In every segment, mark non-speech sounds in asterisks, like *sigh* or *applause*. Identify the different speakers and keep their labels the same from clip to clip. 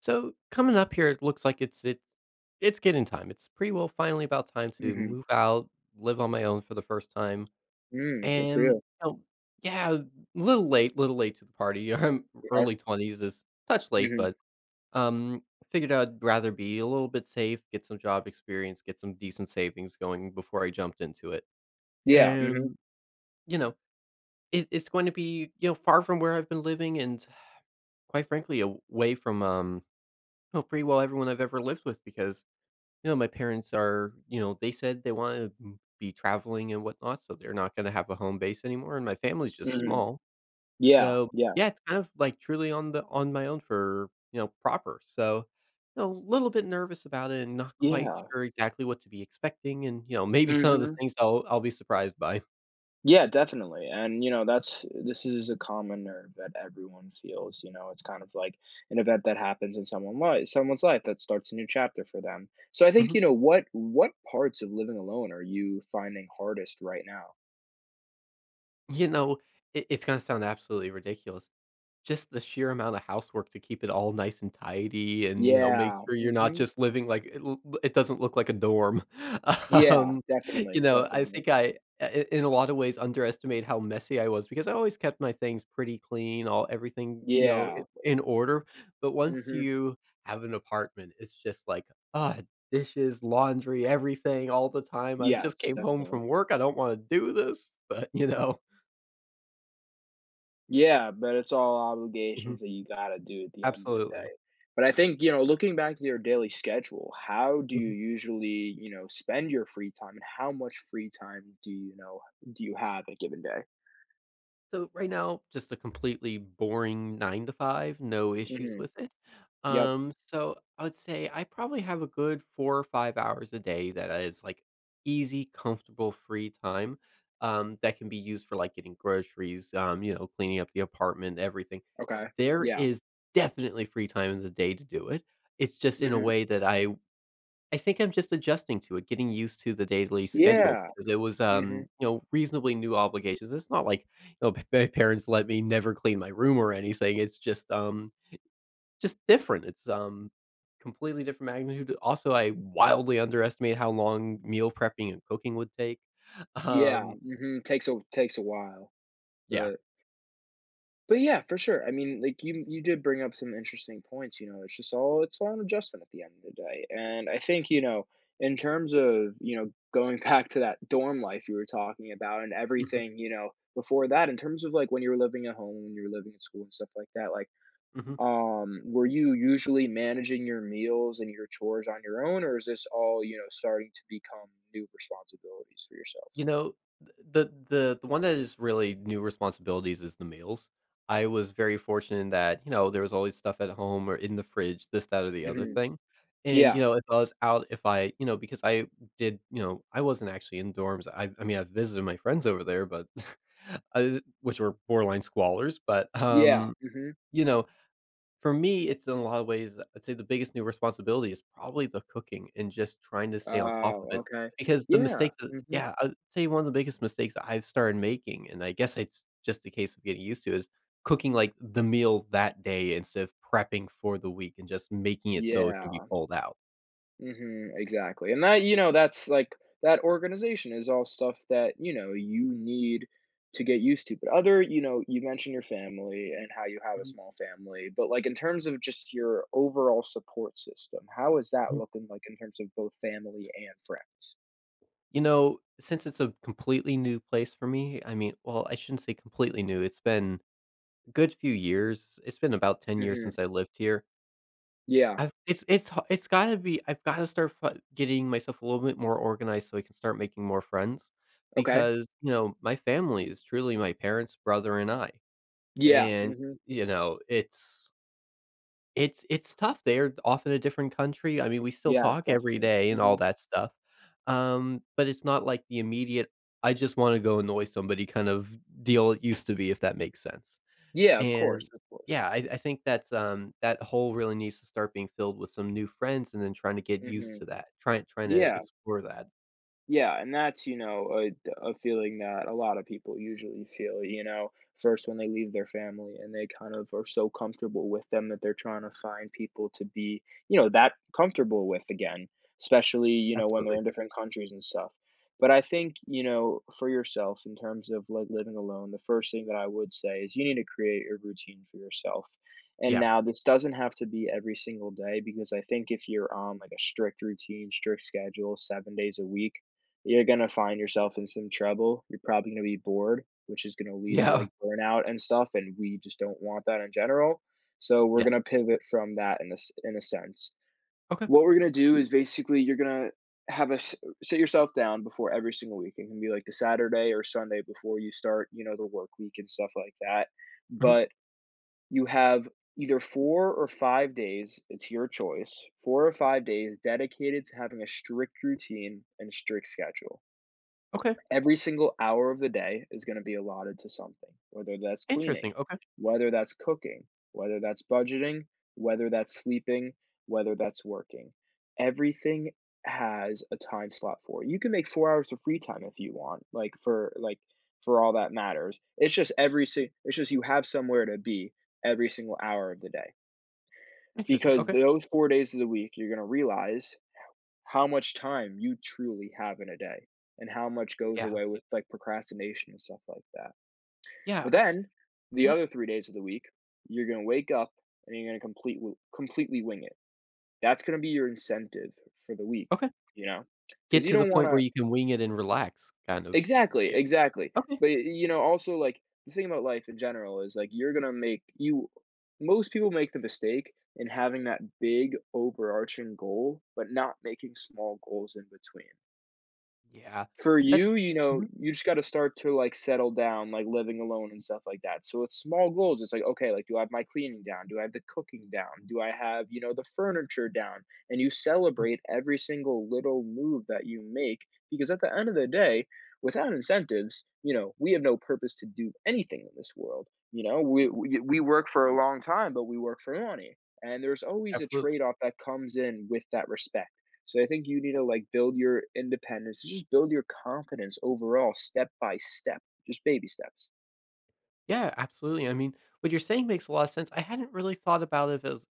Speaker 1: So coming up here, it looks like it's getting time. It's pretty well finally about time to
Speaker 2: Mhm.
Speaker 1: move out, live on my own for the first time,
Speaker 2: Mm, good for
Speaker 1: and
Speaker 2: you.
Speaker 1: oh yeah, little late to the party. *laughs* I'm
Speaker 2: Okay.
Speaker 1: early twenties is touch late,
Speaker 2: Mhm.
Speaker 1: but um, figured I'd rather be a little bit safe, get some job experience, get some decent savings going before I jumped into it.
Speaker 2: Yeah, mhm,
Speaker 1: And you know, it's going to be far from where I've been living, and quite frankly, away from well, pretty well everyone I've ever lived with because you know, my parents are, you know, they said they want to be traveling and whatnot, so they're not going to have a home base anymore, and my family's just
Speaker 2: mhm.
Speaker 1: small.
Speaker 2: Yeah,
Speaker 1: So
Speaker 2: yeah,
Speaker 1: yeah, it's kind of like truly on my own for proper. So you know, a little bit nervous about it and not quite
Speaker 2: yeah.
Speaker 1: sure exactly what to be expecting, and you know, maybe some of the
Speaker 2: Mhm.
Speaker 1: things I'll be surprised by.
Speaker 2: Yeah, definitely, and, you know, that's this is a common nerve that everyone feels, you know. It's kind of like an event that happens in someone's life that starts a new chapter for them. So I think,
Speaker 1: Mhm.
Speaker 2: you know, what parts of living alone are you finding hardest right now?
Speaker 1: You know, it's going to sound absolutely ridiculous. Just the sheer amount of housework to keep it all nice and tidy and, you know, make
Speaker 2: Yeah,
Speaker 1: sure you're not
Speaker 2: mhm.
Speaker 1: just living like it doesn't look like a dorm. *laughs*
Speaker 2: Yeah,
Speaker 1: Um, you
Speaker 2: definitely,
Speaker 1: know, I
Speaker 2: definitely.
Speaker 1: think I i in a lot of ways underestimate how messy I was because I always kept my things pretty clean, all everything, you know, I
Speaker 2: Yeah,
Speaker 1: in order, but once
Speaker 2: mhm.
Speaker 1: you have an apartment, it's just like, ah, dishes, laundry, everything all the time. I just
Speaker 2: Yes,
Speaker 1: came home
Speaker 2: definitely.
Speaker 1: from work. I don't wanna do this, but,
Speaker 2: Yeah, but it's all
Speaker 1: *laughs*
Speaker 2: obligations
Speaker 1: Mhm.
Speaker 2: that you gotta do at the end of the
Speaker 1: Absolutely.
Speaker 2: day. But I think, you know, looking back to your daily schedule, how do you
Speaker 1: Mhm.
Speaker 2: usually, you know, spend your free time, and how much free time do you have a given day?
Speaker 1: So right now, just a completely boring 9 to 5, no issues
Speaker 2: Mhm.
Speaker 1: with it.
Speaker 2: Yep.
Speaker 1: So I would say I probably have a good 4 or 5 hours a day that is, like, easy, comfortable free time, that can be used for, like, getting groceries, you know, cleaning up the apartment, everything.
Speaker 2: Okay.
Speaker 1: There
Speaker 2: Yeah.
Speaker 1: is definitely free time in the day to do it. It's just in a
Speaker 2: Mhm.
Speaker 1: way that I think I'm just adjusting to it, getting used to the daily schedule
Speaker 2: Yeah.
Speaker 1: because it was,
Speaker 2: Mhm.
Speaker 1: you know, reasonably new obligations. It's not like, you know, *laughs* p my parents let me never clean my room or anything. It's just different. It's, completely different magnitude. Also, I wildly underestimated how long meal prepping and cooking would take.
Speaker 2: Yeah.
Speaker 1: Um,
Speaker 2: Mhm. Takes a while,
Speaker 1: yeah.
Speaker 2: but yeah, for sure. I mean, like you did bring up some interesting points, you know. It's all an adjustment at the end of the day. And I think, you know, in terms of, you know, going *laughs* back to that dorm life you were talking about and
Speaker 1: Mhm.
Speaker 2: everything, you know, before that, in terms of like when you were living at home, when you were living at school and stuff like that, like,
Speaker 1: Mhm.
Speaker 2: were you usually managing your meals and your chores on your own, or is this all, you know, starting to become new responsibilities for yourself?
Speaker 1: You know, th the one that is really new responsibilities is the meals. I was very fortunate that, you know, there was always stuff at home or in the fridge, this, that, or the other
Speaker 2: Hmm.
Speaker 1: thing, and, you
Speaker 2: Yeah.
Speaker 1: know, if I was out, if I you know, because I did you know, I wasn't actually in dorms. I mean, I visited my friends over there, but *laughs* I which were borderline squalors, but,
Speaker 2: Yeah. Hmm.
Speaker 1: you know for me, it's in a lot of ways, I'd say the biggest new responsibility is probably the cooking and just trying to stay on top of
Speaker 2: Oh,
Speaker 1: it
Speaker 2: okay.
Speaker 1: because the
Speaker 2: Yeah.
Speaker 1: mistake that
Speaker 2: Hmm.
Speaker 1: yeah, I'd say one of the biggest mistakes I've started making, and I guess it's just a case of getting used to, is cooking, like, the meal that day instead of prepping for the week and just making it so it can be
Speaker 2: Yeah,
Speaker 1: pulled out.
Speaker 2: mhm, exactly, and that's, like, that organization is all stuff that, you know, you need to get used to. But other you know, you mentioned your family and how you have a
Speaker 1: Mhm,
Speaker 2: small family, but, like, in terms of just your overall support system, how is that
Speaker 1: mhm.
Speaker 2: looking like in terms of both family and friends?
Speaker 1: You know, since it's a completely new place for me, I mean well, I shouldn't say completely new, it's been a good few years. It's been about 10 years
Speaker 2: Mhm,
Speaker 1: since I lived here,
Speaker 2: yeah,
Speaker 1: I've it's ha it's gotta be I've gotta start fi getting myself a little bit more organized so I can start making more friends
Speaker 2: okay.
Speaker 1: because, you know, my family is truly my parents, brother, and I,
Speaker 2: Yeah,
Speaker 1: and,
Speaker 2: mhm.
Speaker 1: you know, it's tough. They're off in a different country. I mean, we still
Speaker 2: Yes,
Speaker 1: talk every
Speaker 2: definitely,
Speaker 1: day and all
Speaker 2: mhm.
Speaker 1: that stuff, but it's not like the immediate, "I just wanna go annoy somebody" kind of deal it used to be, if that makes sense.
Speaker 2: Yeah, of course,
Speaker 1: And
Speaker 2: of course.
Speaker 1: yeah, I think that's, that hole really needs to start being filled with some new friends and then trying to get used
Speaker 2: Mhm,
Speaker 1: to that, trying to
Speaker 2: yeah.
Speaker 1: explore that.
Speaker 2: Yeah, and that's, you know, a feeling that a lot of people usually feel, you know, first when they leave their family and they kind of are so comfortable with them that they're trying to find people to be, you know, that comfortable with again, especially, you know, when they're
Speaker 1: Absolutely.
Speaker 2: in different countries and stuff. But I think, you know, for yourself in terms of like living alone, the first thing that I would say is you need to create a routine for yourself. And
Speaker 1: Yeah.
Speaker 2: now this doesn't have to be every single day, because I think if you're on like a strict routine, strict schedule, 7 days a week, you're gonna find yourself in some trouble. You're probably gonna be bored, which is gonna lead to,
Speaker 1: Yeah.
Speaker 2: like,
Speaker 1: *laughs*
Speaker 2: burnout and stuff, and we just don't want that in general. So we're
Speaker 1: Yeah.
Speaker 2: gonna pivot from that in a sense.
Speaker 1: Okay.
Speaker 2: What we're gonna do is basically you're gonna have a s sit yourself down before every single week. It can be, like, the Saturday or Sunday before you start, you know, the work week and stuff like that.
Speaker 1: Mhm.
Speaker 2: But you have either 4 or 5 days, it's your choice, 4 or 5 days dedicated to having a strict routine and strict schedule.
Speaker 1: Okay.
Speaker 2: Every single hour of the day is going to be allotted to something, whether that's cleaning,
Speaker 1: Interesting. Okay.
Speaker 2: whether that's cooking, whether that's budgeting, whether that's sleeping, whether that's working. Everything has a time slot for it. You can make 4 hours of free time if you want, like for all that matters. It's just it's just you have somewhere to be every single hour of the day,
Speaker 1: Interesting.
Speaker 2: because
Speaker 1: Okay.
Speaker 2: those 4 days of the week you're going to realize how much time you truly have in a day and how much goes
Speaker 1: Yeah.
Speaker 2: away with like procrastination and stuff like that.
Speaker 1: Yeah,
Speaker 2: But
Speaker 1: I
Speaker 2: then the
Speaker 1: mhm.
Speaker 2: other 3 days of the week, you're going to wake up and you're going to completely wing it. That's going to be your incentive for the week,
Speaker 1: Okay.
Speaker 2: you know,
Speaker 1: Get
Speaker 2: because you
Speaker 1: to the
Speaker 2: don't want
Speaker 1: point where
Speaker 2: to.
Speaker 1: you can wing it and relax kind of
Speaker 2: Exactly,
Speaker 1: deal.
Speaker 2: exactly.
Speaker 1: Okay.
Speaker 2: But, you know, also like the thing about life in general is like you're going to make you, most people make the mistake in having that big overarching goal, but not making small goals in between.
Speaker 1: Yeah.
Speaker 2: For
Speaker 1: That
Speaker 2: you, you know,
Speaker 1: Mhm.
Speaker 2: you just gotta start to, like, settle down, like, living alone and stuff like that. So it's small goals. It's like, "Okay, like, do I have my cleaning down? Do I have the cooking down? Do I have, you know, the furniture down?" And you
Speaker 1: Mm.
Speaker 2: celebrate every single little move that you make, because at the end of the day, without incentives, you know, we have no purpose to do anything in this world, you know? We work for a long time, but we work for money, and there's always a
Speaker 1: Absolutely.
Speaker 2: trade-off that comes in with that respect. So I think you need to like build your independence, just build your confidence overall step by step, just baby steps.
Speaker 1: Yeah, absolutely. I mean, what you're saying makes a lot of sense. I hadn't really thought about it as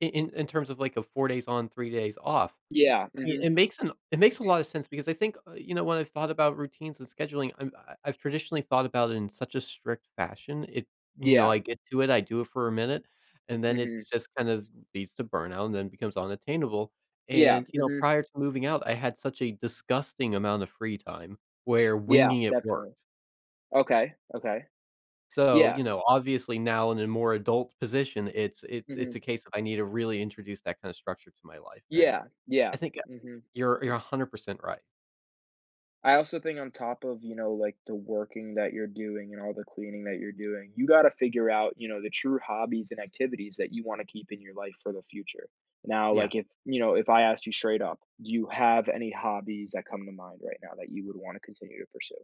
Speaker 1: in terms of like a 4 days on, 3 days off.
Speaker 2: Yeah,
Speaker 1: I mean,
Speaker 2: mhm.
Speaker 1: it makes a lot of sense because I think, you know, when I've thought about routines and scheduling, I've traditionally thought about it in such a strict fashion. It you know,
Speaker 2: Yeah,
Speaker 1: I get to it, I do it for a minute, and then it
Speaker 2: mhm.
Speaker 1: just kind of leads to burnout and then becomes unattainable.
Speaker 2: Yeah,
Speaker 1: And, you know,
Speaker 2: mhm.
Speaker 1: prior to moving out, I had such a disgusting amount of free time where
Speaker 2: Yeah,
Speaker 1: winging it worked.
Speaker 2: definitely. Okay, okay.
Speaker 1: So,
Speaker 2: Yeah,
Speaker 1: you know, obviously now in a more adult position, it's it's
Speaker 2: mhm.
Speaker 1: it's a case of I need to really introduce that kind of structure to my life. And
Speaker 2: Yeah, yeah,
Speaker 1: I think
Speaker 2: mhm.
Speaker 1: you're 100% right.
Speaker 2: I also think on top of, you know, like, the working that you're doing and all the cleaning that you're doing, you gotta figure out, you know, the true hobbies and activities that you wanna keep in your life for the future. Now,
Speaker 1: Yeah.
Speaker 2: like, if I asked you straight up, "Do you have any hobbies that come to mind right now that you would wanna continue to pursue?"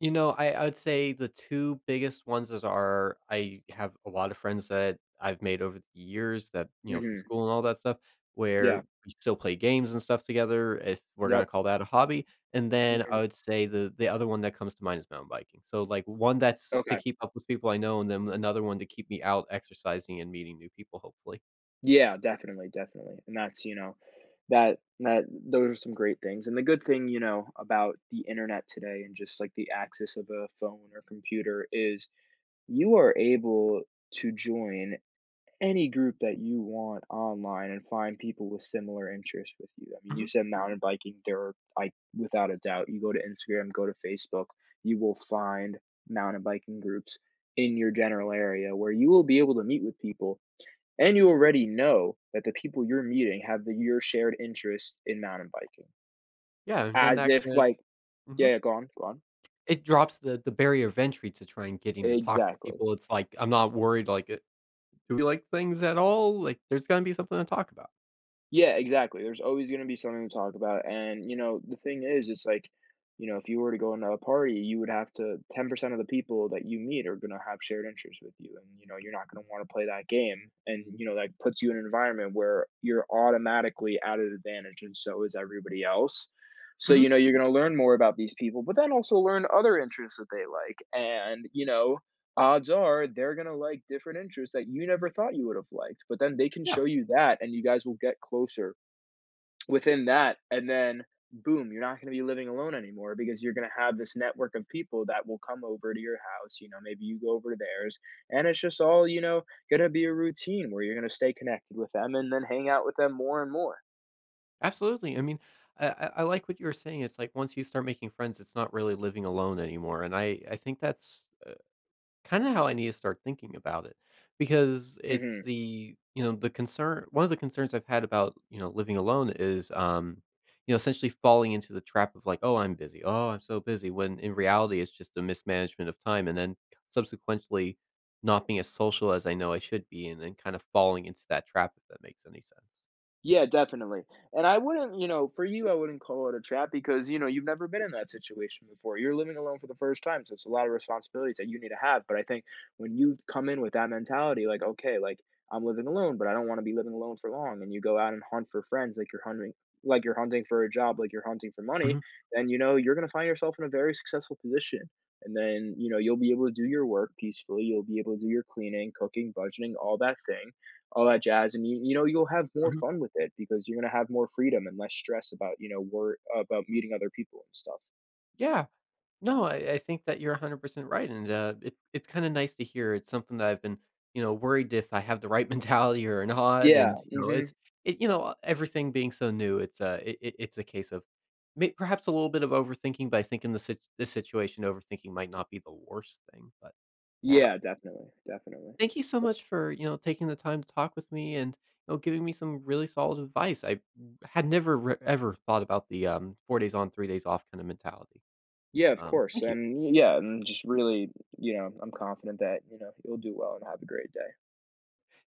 Speaker 1: You know, I would say the 2 biggest ones is are I have a lot of friends that I've made over the years that, you know, from
Speaker 2: Mhm.
Speaker 1: school and all that stuff, where
Speaker 2: Yeah.
Speaker 1: we still play games and stuff together, if we're gonna
Speaker 2: Yep.
Speaker 1: call that a hobby, and then
Speaker 2: Mhm.
Speaker 1: I would say the other one that comes to mind is mountain biking. So, like, one that's to
Speaker 2: Okay.
Speaker 1: keep up with people I know, and then another one to keep me out exercising and meeting new people, hopefully.
Speaker 2: Yeah, definitely, definitely, and that's, you know, that those are some great things. And the good thing, you know, about the internet today and just, like, the access of a phone or computer is you are able to join any group that you want online and find people with similar interests with you. I mean, you
Speaker 1: Mhm.
Speaker 2: said mountain biking. There are, I without a doubt, you go to Instagram, go to Facebook, you will find mountain biking groups in your general area where you will be able to meet with people, and you already know that the people you're meeting have the your shared interest in mountain biking.
Speaker 1: Yeah, and then
Speaker 2: As
Speaker 1: that
Speaker 2: if
Speaker 1: could
Speaker 2: like, yeah,
Speaker 1: Mhm.
Speaker 2: yeah, go on, go on.
Speaker 1: It drops the barrier of entry to trying getting to talk to
Speaker 2: Exactly.
Speaker 1: people. It's like, I'm not worried, like, do we like things at all? Like, there's gonna be something to talk about.
Speaker 2: Yeah, exactly. There's always gonna be something to talk about, and, you know, the thing is, it's like, you know, if you were to go into a party, you would have to 10% of the people that you meet are gonna have shared interests with you, and, you know, you're not gonna wanna play that game, and, you know, that puts you in an environment where you're automatically at an advantage, and so is everybody else. So, you
Speaker 1: Mhm.
Speaker 2: know, you're gonna learn more about these people, but then also learn other interests that they like, and, you know, odds are they're going to like different interests that you never thought you would have liked. But then they can
Speaker 1: Yeah,
Speaker 2: show you that, and you guys will get closer within that. And then, boom, you're not going to be living alone anymore, because you're going to have this network of people that will come over to your house. You know, maybe you go over to theirs, and it's just all, you know, going to be a routine where you're going to stay connected with them and then hang out with them more and more.
Speaker 1: absolutely. I mean, I like what you were saying. It's like once you start making friends, it's not really living alone anymore, and I think that's kinda how I need to start thinking about it, because it's
Speaker 2: Hmm.
Speaker 1: the you know, the concern one of the concerns I've had about, you know, living alone is, you know, essentially falling into the trap of like, "Oh, I'm busy. Oh, I'm so busy," when in reality, it's just a mismanagement of time, and then subsequently not being as social as I know I should be, and then kind of falling into that trap, if that makes any sense.
Speaker 2: Yeah, definitely. And I wouldn't, you know, for you, I wouldn't call it a trap because, you know, you've never been in that situation before. You're living alone for the first time. So it's a lot of responsibilities that you need to have. But I think when you come in with that mentality, like, okay, like, I'm living alone, but I don't want to be living alone for long. And you go out and hunt for friends, like you're hunting for a job, like you're hunting for money,
Speaker 1: Mhm,
Speaker 2: then, you know, you're going to find yourself in a very successful position. And then, you know, you'll be able to do your work peacefully. You'll be able to do your cleaning, cooking, budgeting, all that jazz. And you know, you'll have more
Speaker 1: mhm.
Speaker 2: fun with it because you're going to have more freedom and less stress about, you know, work, about meeting other people and stuff.
Speaker 1: Yeah. No, I think that you're 100% right, and it, it's kind of nice to hear. It's something that I've been, you know, worried if I have the right *laughs* mentality or not.
Speaker 2: Yeah.
Speaker 1: And you know,
Speaker 2: Hmm.
Speaker 1: it's everything being so new, it's it's a case of perhaps a little bit of overthinking. But I think in this situation, overthinking might not be the worst thing. But yeah,
Speaker 2: Yeah, definitely, definitely.
Speaker 1: thank you so much for you know taking the time to talk with me and you know giving me some really solid advice. I had never ever thought about the 4 days on, 3 days off kind of mentality.
Speaker 2: Yeah, of course.
Speaker 1: Thank you.
Speaker 2: And yeah, and just really, you know, I'm confident that, you know, you'll do well and have a great day.